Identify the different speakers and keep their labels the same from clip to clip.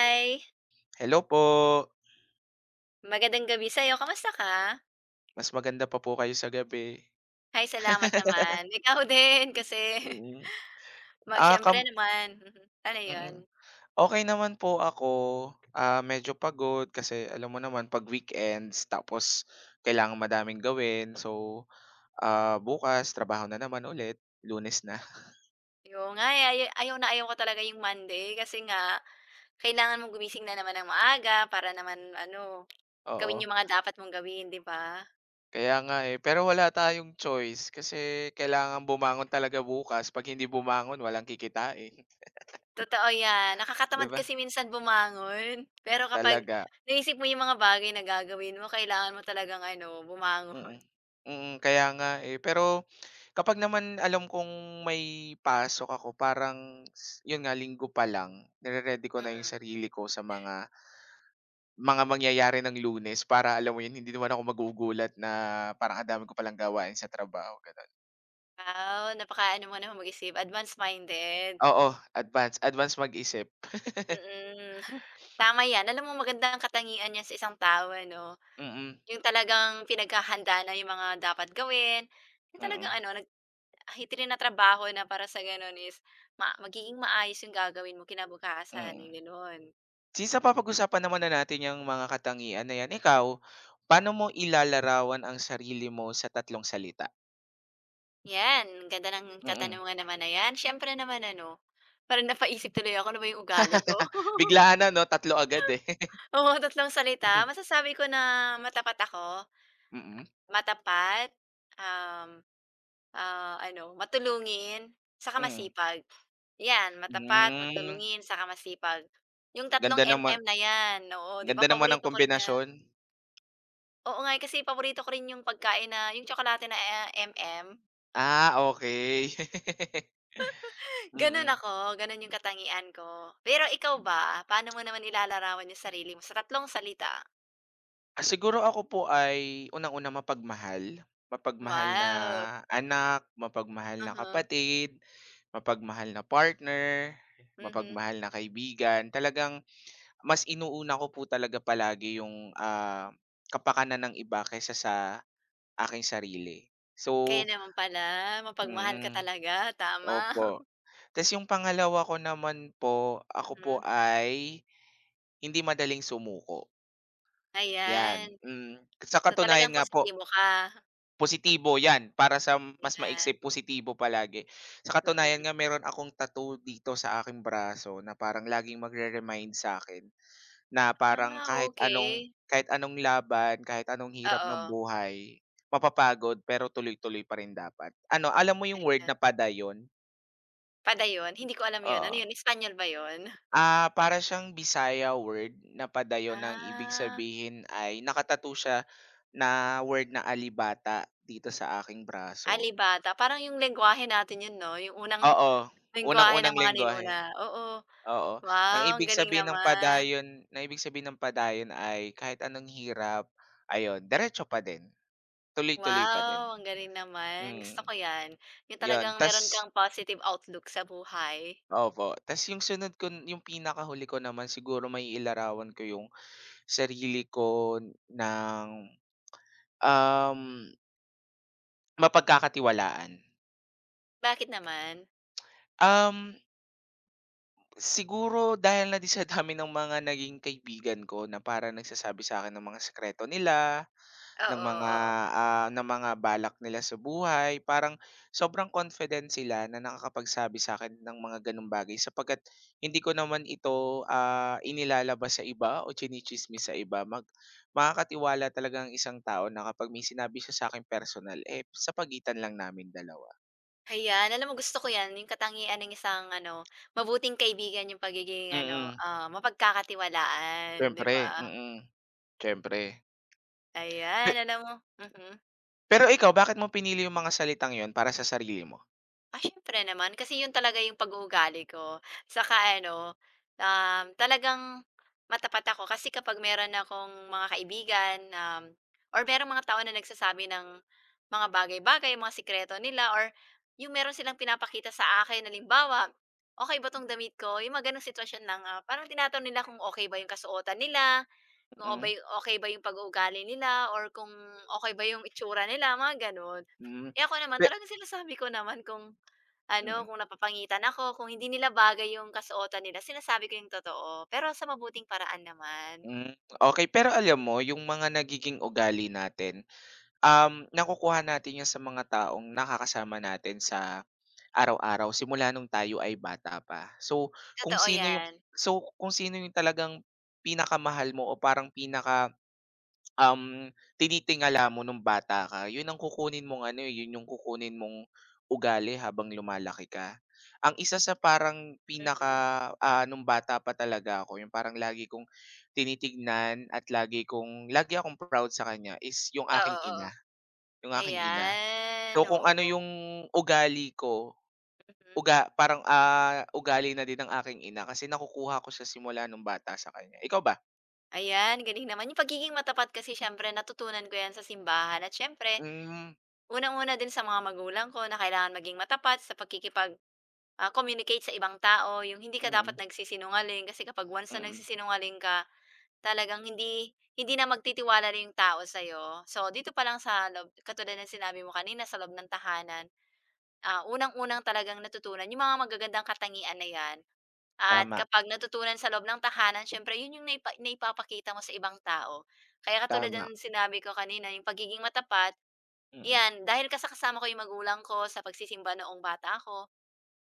Speaker 1: Hi,
Speaker 2: Hello po.
Speaker 1: magandang gabi sa'yo. Kamusta ka?
Speaker 2: Mas maganda pa po kayo sa gabi.
Speaker 1: Hi, salamat naman. Ikaw din kasi
Speaker 2: Mm. Ah,
Speaker 1: siyempre
Speaker 2: kam
Speaker 1: naman, mhm, ano 'yun,
Speaker 2: mm. Okey naman po ako. Ah, medyo pagod kasi alam mo naman 'pag weekends tapos kailangan madaming gawin. So, bukas trabaho na naman ulit, Lunes na,
Speaker 1: 'yun nga, eh, ay ayaw na ayaw ko talaga yung Monday kasi nga kailangan mong gumising na naman ng maaga para naman ano, gawin
Speaker 2: oo.
Speaker 1: yung mga dapat mong gawin, 'di ba?
Speaker 2: Kaya nga, eh, pero wala tayong choice kasi kailangan bumangon talaga bukas. 'Pag hindi bumangon walang kikitain,
Speaker 1: Totoo 'yan,
Speaker 2: 'di
Speaker 1: nakakatamad
Speaker 2: ba?
Speaker 1: kasi minsan bumangon. Pero kapag
Speaker 2: Talaga,
Speaker 1: naisip mo yung mga bagay na gagawin mo, kailangan mo talagang ano, bumangon.
Speaker 2: mm. Kaya nga, eh. Pero kapag naman alam kong may pasok ako parang yun nga linggo pa lang, nire-ready ko na yung
Speaker 1: Mm.
Speaker 2: sarili ko sa mga mangyayari ng Lunes para alam mo yun hindi naman ako magugulat na parang ang dami ko palang gawain sa trabaho, gano'n.
Speaker 1: Wow, napaka ano mo naman mag-isip, advance minded.
Speaker 2: Oo, advance, advance mag-isip.
Speaker 1: Mm. Tama 'yan. Alam mo maganda ang katangian niyan sa isang tao ano,
Speaker 2: Mm,
Speaker 1: yung talagang pinaghahandaan na yung mga dapat gawin, yung talagang
Speaker 2: mm,
Speaker 1: ano, tinatrabaho na trabaho na para sa gano'n is magiging maayos yung gagawin mo kinabukasan,
Speaker 2: mm.
Speaker 1: yung gano'n.
Speaker 2: Since napapag-usapan naman na natin yung mga katangian na yan, ikaw, paano mo ilalarawan ang sarili mo sa tatlong salita?
Speaker 1: 'Yan, ang ganda ng
Speaker 2: Mm.
Speaker 1: katanungan naman na 'yan. Siyempre naman ano, parang napaisip tuloy ako, ano ba yung ugali ko?
Speaker 2: Biglaan na 'no, tatlo agad eh.
Speaker 1: Oo, tatlong salita, masasabi ko na matapat ako.
Speaker 2: Mhm, mm,
Speaker 1: Matapat, um, ano, matulungin, saka
Speaker 2: hmm.
Speaker 1: masipag. 'Yan, matapat,
Speaker 2: Hmm,
Speaker 1: matulungin, saka masipag. Yung tatlong
Speaker 2: ganda naman
Speaker 1: MM na 'yan, oo, 'di ba
Speaker 2: ganda naman ng
Speaker 1: paborito ko rin 'yan.
Speaker 2: kombinasyon.
Speaker 1: Oo nga, eh, kasi paborito ko rin yung pagkain na yung tsokolate na, MM.
Speaker 2: Ah, okey.
Speaker 1: Gano'n
Speaker 2: Mm.
Speaker 1: ako, gano'n yung katangian ko. Pero ikaw ba, paano mo naman ilalarawan yung sarili mo sa tatlong salita?
Speaker 2: Ah, siguro ako po ay unang-una mapagmahal. Mapagmahal na
Speaker 1: Wow,
Speaker 2: anak, mapagmahal na
Speaker 1: mhm,
Speaker 2: kapatid, mapagmahal na partner,
Speaker 1: mhm.
Speaker 2: mapagmahal na kaibigan. Talagang mas inuuna ko po talaga palagi yung, kapakanan ng iba kaysa sa aking sarili.
Speaker 1: Kaya
Speaker 2: So
Speaker 1: naman pala mapagmahal ka
Speaker 2: mm,
Speaker 1: talaga, tama.
Speaker 2: opo. Tas yung pangalawa ko naman po, ako po
Speaker 1: Mhm.
Speaker 2: ay hindi madaling sumuko, 'yan.
Speaker 1: Ayan.
Speaker 2: Sa
Speaker 1: So, talagang
Speaker 2: katunayan nga po,
Speaker 1: positibo ka,
Speaker 2: positibo 'yan para sa mas maiksi
Speaker 1: ayan,
Speaker 2: positibo palagi. Sa katunayan
Speaker 1: mm.
Speaker 2: nga meron akong tattoo dito sa aking braso na parang laging magre-remind sa akin na parang
Speaker 1: Ah,
Speaker 2: kahit anong
Speaker 1: okey,
Speaker 2: kahit anong laban, kahit anong hirap ng
Speaker 1: oo,
Speaker 2: buhay, mapapagod pero tuloy-tuloy pa rin dapat. Ano, alam mo yung word na
Speaker 1: ayan.
Speaker 2: padayon?
Speaker 1: Padayon, hindi ko alam 'yun, ano 'yun,
Speaker 2: Oo.
Speaker 1: Espanyol ba 'yun?
Speaker 2: Ah, para siyang Bisaya word na padayon ng ibig
Speaker 1: Ah,
Speaker 2: sabihin ay siya na word na "alibata" dito sa aking braso.
Speaker 1: alibata, parang 'yung lengguwahe natin 'yun 'no, 'yung unang
Speaker 2: Oo,
Speaker 1: lengguwahe
Speaker 2: unang-unang
Speaker 1: ng mga
Speaker 2: lengguwahe,
Speaker 1: ninuna, oo.
Speaker 2: oo. Ang
Speaker 1: Wow, ang
Speaker 2: ibig
Speaker 1: galing
Speaker 2: sabihin ng
Speaker 1: naman.
Speaker 2: padayon na ibig sabihin ng padayon ay kahit anong hirap, ayun, diretso pa din, tuloy-tuloy pa
Speaker 1: Wow,
Speaker 2: din.
Speaker 1: ang galing naman, gusto
Speaker 2: Mm,
Speaker 1: ko 'yan, 'yung
Speaker 2: 'Yun
Speaker 1: talagang meron
Speaker 2: ta's
Speaker 1: kang positive outlook sa buhay.
Speaker 2: opo, ta's yung sunod ko yung pinakahuli ko naman siguro may ilarawan ko yung sarili ko ng, um, mapagkakatiwalaan.
Speaker 1: Bakit naman?
Speaker 2: Um, Siguro dahil na din sa dami ng mga naging kaibigan ko na parang nagsasabi sa akin ng mga sikreto nila, Ng
Speaker 1: Oo,
Speaker 2: mga,
Speaker 1: oo.
Speaker 2: ng mga balak nila sa buhay, parang sobrang confident sila na nakakapagsabi sa akin ng mga gano'ng bagay sapagkat hindi ko naman ito, inilalabas sa iba o tsini-tsismis sa iba. Makakatiwala talaga ang isang tao na kapag may sinabi siya sa'kin personal, eh, sa pagitan lang namin dalawa.
Speaker 1: Ayan, alam mo gusto ko 'yan, yung katangian ng isang ano, mabuting kaibigan yung pagiging ano,
Speaker 2: Mm,
Speaker 1: mapagkakatiwalaan, 'di
Speaker 2: Siyempre,
Speaker 1: ba?
Speaker 2: siyempre.
Speaker 1: Ayan,
Speaker 2: Pe
Speaker 1: alam mo mhm.
Speaker 2: Pero ikaw, bakit mo pinili yung mga salitang yon para sa sarili mo?
Speaker 1: Ah, siyempre naman kasi yun talaga yung pag-uugali ko. Saka ano, talagang matapat ako kasi kapag meron akong mga kaibigan, or merong mga tao na nagsasabi ng mga bagay-bagay, mga sikreto nila, or yung meron silang pinapakita sa akin, halimbawa, okay ba tong damit ko? Yung mga ganong sitwasyon lang, parang tinatanong nila kung okay ba yung kasuotan nila, kung
Speaker 2: Mm-mm.
Speaker 1: okay, okay ba yung pag-uugali nila, or kung okay ba yung itsura nila, mga ganon.
Speaker 2: Mm, hmm,
Speaker 1: Eh ako naman,
Speaker 2: pe
Speaker 1: talagang sinasabi ko naman kung ano,
Speaker 2: mm.
Speaker 1: kung napapangitan ako, kung hindi nila bagay yung kasuotan nila, sinasabi ko yung totoo, pero sa mabuting paraan naman.
Speaker 2: Mm, okay. Pero alam mo yung mga nagiging ugali natin, nakukuha natin yun sa mga taong nakakasama natin sa araw-araw simula nung tayo ay bata pa. Kung
Speaker 1: Totoo
Speaker 2: sino yung
Speaker 1: 'yan.
Speaker 2: so, kung sino yung talagang pinakamahal mo o parang pinaka, tinitingala mo nung bata ka, yun yung kukunin mong ugali habang lumalaki ka. Ang isa sa parang
Speaker 1: Mhm.
Speaker 2: pinaka, nung bata pa talaga ako, yung parang lagi kong tinitignan at lagi akong proud sa kanya is yung
Speaker 1: Oo,
Speaker 2: aking
Speaker 1: oo.
Speaker 2: ina, yung aking ina.
Speaker 1: Ayan,
Speaker 2: So, kung ano
Speaker 1: oo.
Speaker 2: yung ugali ko
Speaker 1: Mhm.
Speaker 2: Parang, ugali na din ng aking ina kasi nakukuha ko sa simula nung bata sa kanya. Ikaw ba?
Speaker 1: Ayan, galing naman. Yung pagiging matapat kasi siyempre natutunan ko 'yan sa simbahan at siyempre,
Speaker 2: Hmm,
Speaker 1: unang-una din sa mga magulang ko na kailangan maging matapat sa pakikipag, communicate sa ibang tao, yung hindi ka dapat
Speaker 2: mm,
Speaker 1: nagsisinungaling kasi kapag once na
Speaker 2: mm.
Speaker 1: nagsisinungaling ka talagang hindi hindi na magtitiwala na yung tao sa'yo. So, dito pa lang sa loob katulad ng sinabi mo kanina sa loob ng tahanan, ah, unang-unang talagang natutunan yung mga magagandang katangian na 'yan at
Speaker 2: Tama,
Speaker 1: kapag natutunan sa loob ng tahanan siyempre yun yung naipapakita mo sa ibang tao. Kaya katulad
Speaker 2: tama,
Speaker 1: ng sinabi ko kanina yung pagiging matapat,
Speaker 2: mm.
Speaker 1: 'yan dahil ka ko yung magulang ko sa pagsisimba noong bata ako,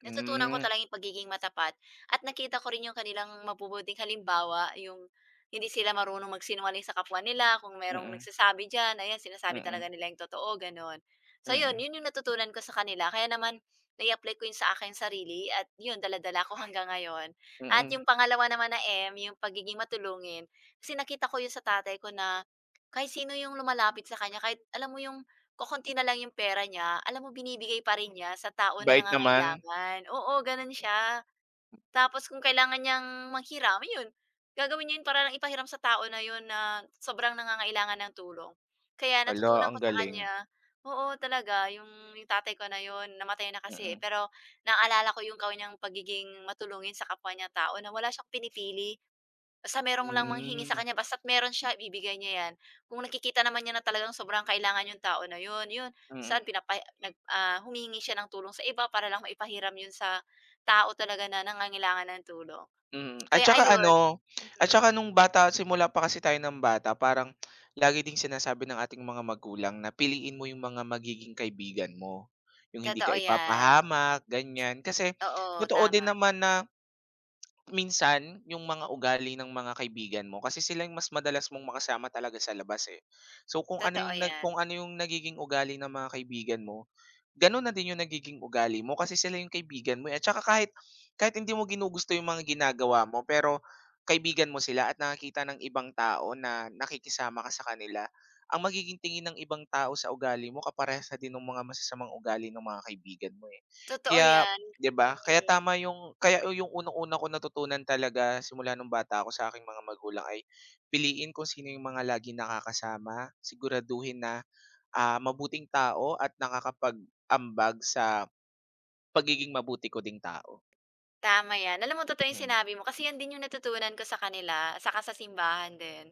Speaker 1: natutunan ko
Speaker 2: Hmm,
Speaker 1: talaga yung pagiging matapat at nakita ko rin yung kanilang mabubuting halimbawa, yung hindi sila marunong magsinungaling sa kapwa nila, kung merong
Speaker 2: mm,
Speaker 1: nagsasabi diyan, ayan sinasabi
Speaker 2: mm,
Speaker 1: talaga nila yung totoo, gano'n. So yun,
Speaker 2: mm,
Speaker 1: yun yung natutunan ko sa kanila kaya naman nai-apply ko yun sa aking sarili at yun dala ko hanggang ngayon. At
Speaker 2: mm.
Speaker 1: yung pangalawa naman na M, yung pagiging matulungin, kasi nakita ko yun sa tatay ko na kahit sino yung lumalapit sa kanya, kahit alam mo yung kokonti na lang yung pera niya, alam mo binibigay pa rin niya sa tao na
Speaker 2: Bait naman.
Speaker 1: nangangailangan. Oo, ganun siya. Tapos kung kailangan niyang manghiram, yun, gagawin niya yun para lang ipahiram sa tao na yun na sobrang nangangailangan ng tulong. Kaya
Speaker 2: Hala,
Speaker 1: natutunan
Speaker 2: ang
Speaker 1: ko sa
Speaker 2: galing.
Speaker 1: kanya oo, talaga yung tatay ko na yun, namatay na kasi, eh,
Speaker 2: Mm,
Speaker 1: pero naalala ko yung kanyang pagiging matulungin sa kapwa niya tao na wala siyang pinipili. Basta merong lang manghingi sa
Speaker 2: hmm,
Speaker 1: kanya, basta't meron siya, ibibigay niya 'yan. Kung nakikita naman niya na talagang sobrang kailangan yung tao na yun, yun,
Speaker 2: mm.
Speaker 1: saan pinapa nag humingi siya ng tulong sa iba para lang maipahiram yun sa tao talaga na nangangailangan ng tulong.
Speaker 2: Mm, at
Speaker 1: Kaya
Speaker 2: saka
Speaker 1: ayun
Speaker 2: ano, at
Speaker 1: mhm,
Speaker 2: saka nung bata simula pa kasi tayo ng bata parang lagi ding sinasabi ng ating mga magulang na piliin mo yung mga magiging kaibigan mo, yung hindi ka
Speaker 1: totoo 'yan.
Speaker 2: ipapahamak, ganyan. Kasi
Speaker 1: Oo,
Speaker 2: totoo
Speaker 1: tama,
Speaker 2: din naman na minsan yung mga ugali ng mga kaibigan mo kasi sila yung mas madalas mong makasama talaga sa labas, eh. So, kung ano
Speaker 1: totoo
Speaker 2: yung nag
Speaker 1: 'yan.
Speaker 2: kung ano yung nagiging ugali ng mga kaibigan mo, gano'n na din yung nagiging ugali mo kasi sila yung kaibigan mo, eh, at saka kahit kahit hindi mo ginugusto yung mga ginagawa mo pero kaibigan mo sila at nakakita ng ibang tao na nakikisama ka sa kanila, ang magiging tingin ng ibang tao sa ugali mo kaparehas na din ng mga masasamang ugali ng mga kaibigan mo, eh.
Speaker 1: Totoo
Speaker 2: Kaya,
Speaker 1: 'yan,
Speaker 2: 'di ba? kaya
Speaker 1: mm,
Speaker 2: tama yung kaya yung unang-una ko natutunan talaga simula nung bata ako sa aking mga magulang ay piliin kung sino yung mga laging nakakasama, siguraduhin na mabuting tao at nakakapag-ambag sa pagiging mabuti ko ding tao.
Speaker 1: tama 'yan. Alam mo totoo 'yung
Speaker 2: Mm.
Speaker 1: sinabi mo kasi 'yan din 'yung natutunan ko sa kanila, saka sa simbahan din.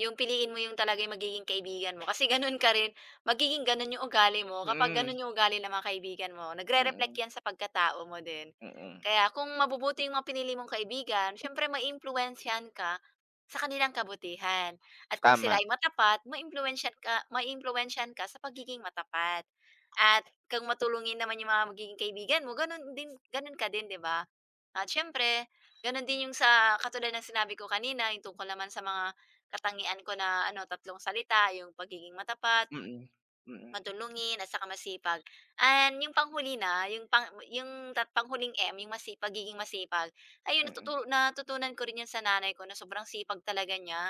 Speaker 1: Yung piliin mo yung talaga yung magiging kaibigan mo kasi gano'n ka rin, magiging gano'n yung ugali mo kapag
Speaker 2: Mm,
Speaker 1: gano'n yung ugali ng mga kaibigan mo, nagre-reflect
Speaker 2: mm,
Speaker 1: yan sa pagkatao mo din.
Speaker 2: mm,
Speaker 1: Kaya kung mabubuti yung mga pinili mong kaibigan, siyempre maiimpluwensyahan ka sa kanilang kabutihan at kung
Speaker 2: tama.
Speaker 1: sila ay matapat, ma-influence maiimpluwensyahan ka sa pagiging matapat. At kung matulungin naman yung mga magiging kaibigan mo, gano'n din gano'n ka din, 'di ba? At siyempre, gano'n din yung sa katulad ng sinabi ko kanina, yung tungkol naman sa mga katangian ko na ano, tatlong salita, yung pagiging matapat,
Speaker 2: Mm, mm,
Speaker 1: madulungin, at saka masipag. And yung panghuli na, yung panghuling M, yung pagiging masipag, ayun
Speaker 2: mm,
Speaker 1: natutunan ko rin 'yan sa nanay ko na sobrang sipag talaga niya.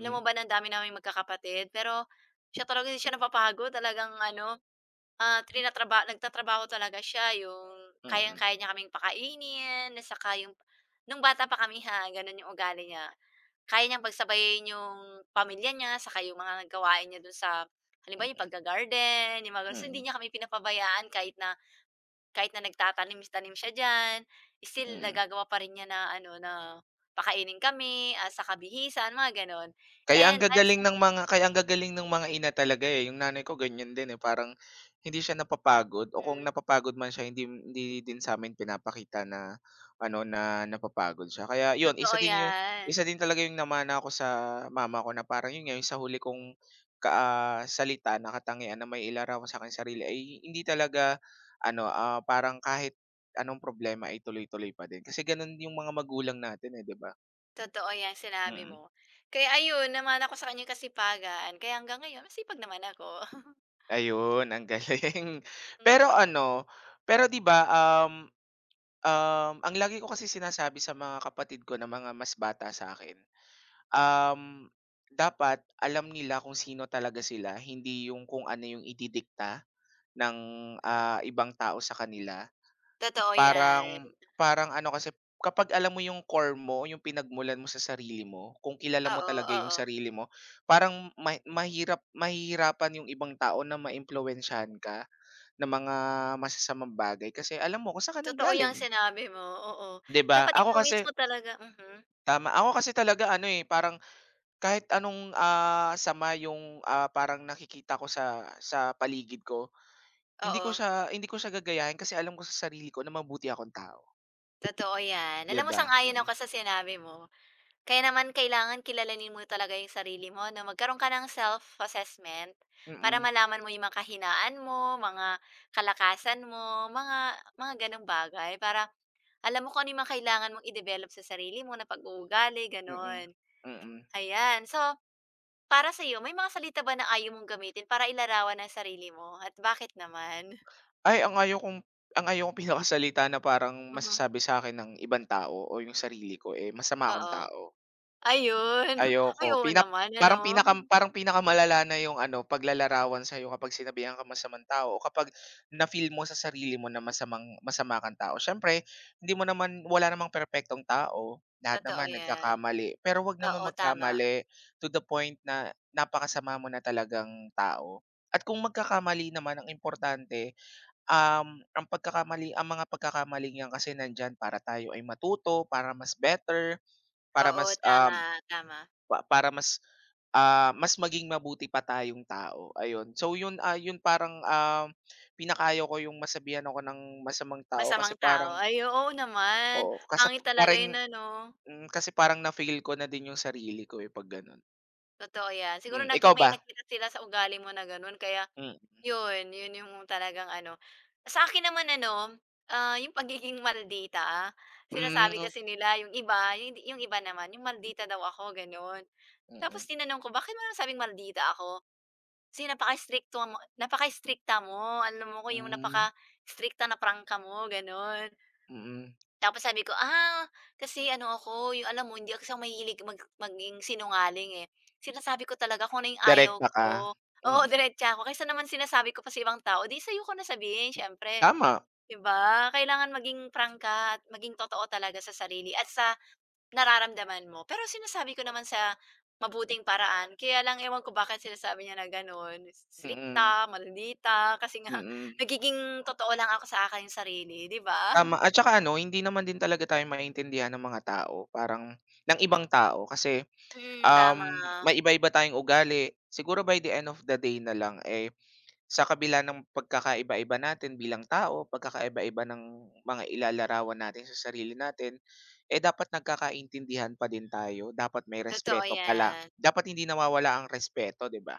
Speaker 1: Alam mo ba na ang dami naming magkakapatid, pero siya talaga hindi siya talagang ano, nagtatrabaho talaga siya, yung
Speaker 2: mm,
Speaker 1: kayang-kaya niya kaming pakainin at saka yung nung bata pa kami ha, gano'n yung ugali niya. Kaya niyang pagsabayin yung pamilya niya saka yung mga gawain niya dun sa halimbawa yung
Speaker 2: mm,
Speaker 1: pagga-garden, yung mga gano'n. So, hindi
Speaker 2: mm,
Speaker 1: niya kami pinapabayaan kahit na nagtatanim-tanim siya diyan, still
Speaker 2: mm.
Speaker 1: nagagawa pa rin niya na ano, na pakainin kami at sa kabihisan mga gano'n.
Speaker 2: Kaya ang
Speaker 1: And as
Speaker 2: gagaling ng mga kaya ang gagaling ng mga ina talaga, eh, yung nanay ko ganyan din, eh, parang hindi siya napapagod o kung
Speaker 1: mm,
Speaker 2: napapagod man siya hindi hindi din sa'min pinapakita na ano, na napapagod siya. Kaya yun,
Speaker 1: Totoo
Speaker 2: isa din yun
Speaker 1: 'yan,
Speaker 2: isa din talaga yung namana ko sa mama ko na parang yun nga, yung sa huli kong salita na katangian na mailarawan sa aking sarili ay hindi talaga ano, parang kahit anong problema ay tuloy-tuloy pa din. Kasi ganun yung mga magulang natin, eh, 'di ba?
Speaker 1: totoo 'yang sinabi
Speaker 2: Mm.
Speaker 1: mo. Kaya ayun, naman ako sa kanyang kasipagan kaya hanggang ngayon masipag naman ako.
Speaker 2: Ayun, ang galing. Pero
Speaker 1: Mm,
Speaker 2: ano, pero 'di ba, um, um, ang lagi ko kasi sinasabi sa mga kapatid ko na mga mas bata sa akin um, dapat alam nila kung sino talaga sila, hindi yung kung ano yung ididikta ng,
Speaker 1: ah,
Speaker 2: ah, ibang tao sa kanila.
Speaker 1: Totoo 'yan.
Speaker 2: Parang parang ano kasi, kapag alam mo yung core mo, yung pinagmulan mo sa sarili mo, kung kilala mo
Speaker 1: Oo,
Speaker 2: talaga yung
Speaker 1: oo,
Speaker 2: sarili mo, parang ma mahirap mahihirapan yung ibang tao na maimpluwensyahan ka ng mga masasamang bagay kasi alam mo kung saan ka
Speaker 1: totoo 'yang
Speaker 2: nanggaling,
Speaker 1: sinabi mo, oo.
Speaker 2: 'di ba?
Speaker 1: Dapat
Speaker 2: Ako
Speaker 1: ikaw
Speaker 2: kasi
Speaker 1: mismo talaga mhm,
Speaker 2: tama, ako kasi talaga ano, eh, parang kahit anong, sama yung, parang nakikita ko sa paligid ko, hindi ko
Speaker 1: oo,
Speaker 2: siya hindi ko siya gagayahin kasi alam ko sa sarili ko na mabuti akong tao,
Speaker 1: totoo 'yan.
Speaker 2: 'di
Speaker 1: Alam mo
Speaker 2: ba?
Speaker 1: sang-ayon ako sa sinabi mo. Kaya naman kailangan kilalanin mo talaga yung sarili mo 'no, magkaroon ka ng self-assessment para
Speaker 2: Mm,
Speaker 1: malaman mo yung mga kahinaan mo, mga kalakasan mo, mga gano'ng bagay para alam mo kung ano yung mga kailangan mong i-develop sa sarili mo na pag-uugali,
Speaker 2: mm,
Speaker 1: gano'n.
Speaker 2: mm, mm.
Speaker 1: Ayan, so para sa iyo may mga salita ba na ayaw mong gamitin para ilarawan ang sarili mo at bakit naman?
Speaker 2: Ay, ang ayaw kong pinakasalita na parang
Speaker 1: Mhm.
Speaker 2: masasabi sa akin ng ibang tao o yung sarili ko, eh, masama akong
Speaker 1: Oo,
Speaker 2: tao.
Speaker 1: ayun. Ay,
Speaker 2: Ayoko.
Speaker 1: oo
Speaker 2: Pinap
Speaker 1: naman
Speaker 2: parang
Speaker 1: ano?
Speaker 2: pinaka parang pinakamalala na yung ano, paglalarawan sa'yo kapag sinabihan kang masamang tao o kapag na-feel mo sa sarili mo na masamang masama kang tao. Siyempre, hindi mo naman wala namang perpektong tao. Lahat
Speaker 1: Totoo
Speaker 2: naman
Speaker 1: 'yan.
Speaker 2: nagkakamali. Pero 'wag
Speaker 1: Oo,
Speaker 2: naman
Speaker 1: tama.
Speaker 2: magkamali to the point na napakasama mo na talagang tao. At kung magkakamali naman, ang importante, ang pagkakamali ang mga pagkakamaling 'yan kasi nandiyan para tayo ay matuto, para mas better, para
Speaker 1: Oo,
Speaker 2: mas,
Speaker 1: tama,
Speaker 2: um
Speaker 1: tama.
Speaker 2: pa para mas, mas maging mabuti pa tayong tao, ayun. So yun parang, pinaka ko yung masabihan ako ng masamang tao kasi
Speaker 1: Masamang tao.
Speaker 2: parang
Speaker 1: Ay, oo naman.
Speaker 2: oo,
Speaker 1: Pangit talaga
Speaker 2: parang
Speaker 1: yun ano,
Speaker 2: kasi parang na-feel ko na din yung sarili ko, eh, 'pag gano'n.
Speaker 1: totoo yan. Siguro
Speaker 2: Ikaw
Speaker 1: may
Speaker 2: ba?
Speaker 1: nakita sila sa ugali mo na gano'n kaya
Speaker 2: Mm,
Speaker 1: yun, yun yung talagang ano. Sa akin naman ano, yung pagiging maldita, sinasabi
Speaker 2: hmm,
Speaker 1: kasi nila yung iba, yung iba naman, yung maldita daw ako gano'n.
Speaker 2: mm,
Speaker 1: Tapos tinanong ko, "Bakit mo nasabing maldita ako?" Kasi napaka-istrikto mo napaka-istrikta mo, alam mo ko yung
Speaker 2: hmm,
Speaker 1: napaka-istrikta na prangka mo, gano'n.
Speaker 2: mm.
Speaker 1: Tapos sabi ko, "Ah, kasi ano ako, yung alam mo hindi ako ako mahilig maging sinungaling, eh. Sinasabi ko talaga kung ano yung ayaw
Speaker 2: Direkta ka,
Speaker 1: ko." Oo,
Speaker 2: mm.
Speaker 1: diretsa ako. Kaysa naman sinasabi ko pa sa ibang tao, 'di sa'yo ko na sabihin siyempre,
Speaker 2: Tama,
Speaker 1: 'di ba? Kailangan maging prangka at maging totoo talaga sa sarili at sa nararamdaman mo. Pero sinasabi ko naman sa mabuting paraan. Kaya lang ewan ko bakit sinasabi niya na gano'n,
Speaker 2: mm,
Speaker 1: strikta, maldita, kasi nga
Speaker 2: mm.
Speaker 1: nagiging totoo lang ako sa akin yung sarili, 'di ba?
Speaker 2: Tama at saka ano, hindi naman din talaga tayo maintindihan ng mga tao, parang ng ibang tao kasi
Speaker 1: Mm, tama.
Speaker 2: Um, may iba-iba tayong ugali. Siguro by the end of the day na lang, eh, sa kabila ng pagkakaiba-iba natin bilang tao, pagkakaiba-iba ng mga ilalarawan natin sa sarili natin, eh, dapat nagkakaintindihan pa din tayo. Dapat may
Speaker 1: Totoo
Speaker 2: respeto pala.
Speaker 1: 'yan,
Speaker 2: Dapat hindi nawawala ang respeto, 'di ba?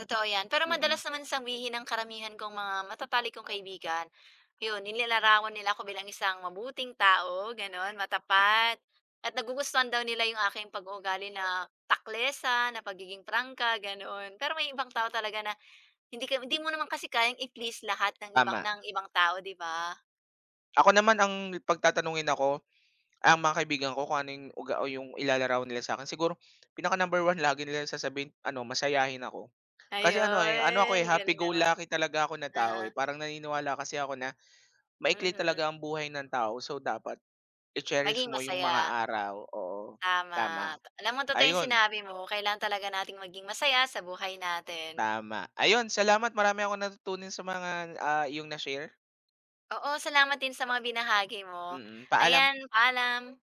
Speaker 1: totoo 'yan. Pero
Speaker 2: Mm,
Speaker 1: madalas naman sabihin ng karamihan kong mga matatalik kong kaibigan, yun nilalarawan nila ako bilang isang mabuting tao, gano'n, matapat at nagugustuhan daw nila yung aking pag-uugali na taklesa, na pagiging prangka, ganon. Pero may ibang tao talaga na hindi mo naman kasi kayang i-please lahat ng
Speaker 2: tama.
Speaker 1: ng ibang tao, 'di ba?
Speaker 2: Ako naman ang pagtatanungin ako, ang mga kaibigan ko kung ano yung o yung ilalarawan nila sa akin. Siguro pinaka number 1 lagi nilang sasabihin ano, masayahin ako. Kasi ano, eh, ano ako,
Speaker 1: Ayun,
Speaker 2: eh,
Speaker 1: galing naman.
Speaker 2: happy-go-lucky talaga ako na tao,
Speaker 1: Uh-huh,
Speaker 2: eh. Parang naniniwala kasi ako na maikli
Speaker 1: mhm.
Speaker 2: talaga ang buhay ng tao. So, dapat i-cherish
Speaker 1: Maging
Speaker 2: mo yung
Speaker 1: masaya.
Speaker 2: mga araw, oo,
Speaker 1: Tama.
Speaker 2: tama.
Speaker 1: Alam mo totoo yung
Speaker 2: Ayun,
Speaker 1: sinabi mo, kailangan talaga nating maging masaya sa buhay natin.
Speaker 2: tama. Ayun, salamat marami ako natutunin sa mga, iyong na-share.
Speaker 1: Oo, salamat din sa mga binahagi mo.
Speaker 2: Mm, mm. Paalam.
Speaker 1: Ayan, paalam.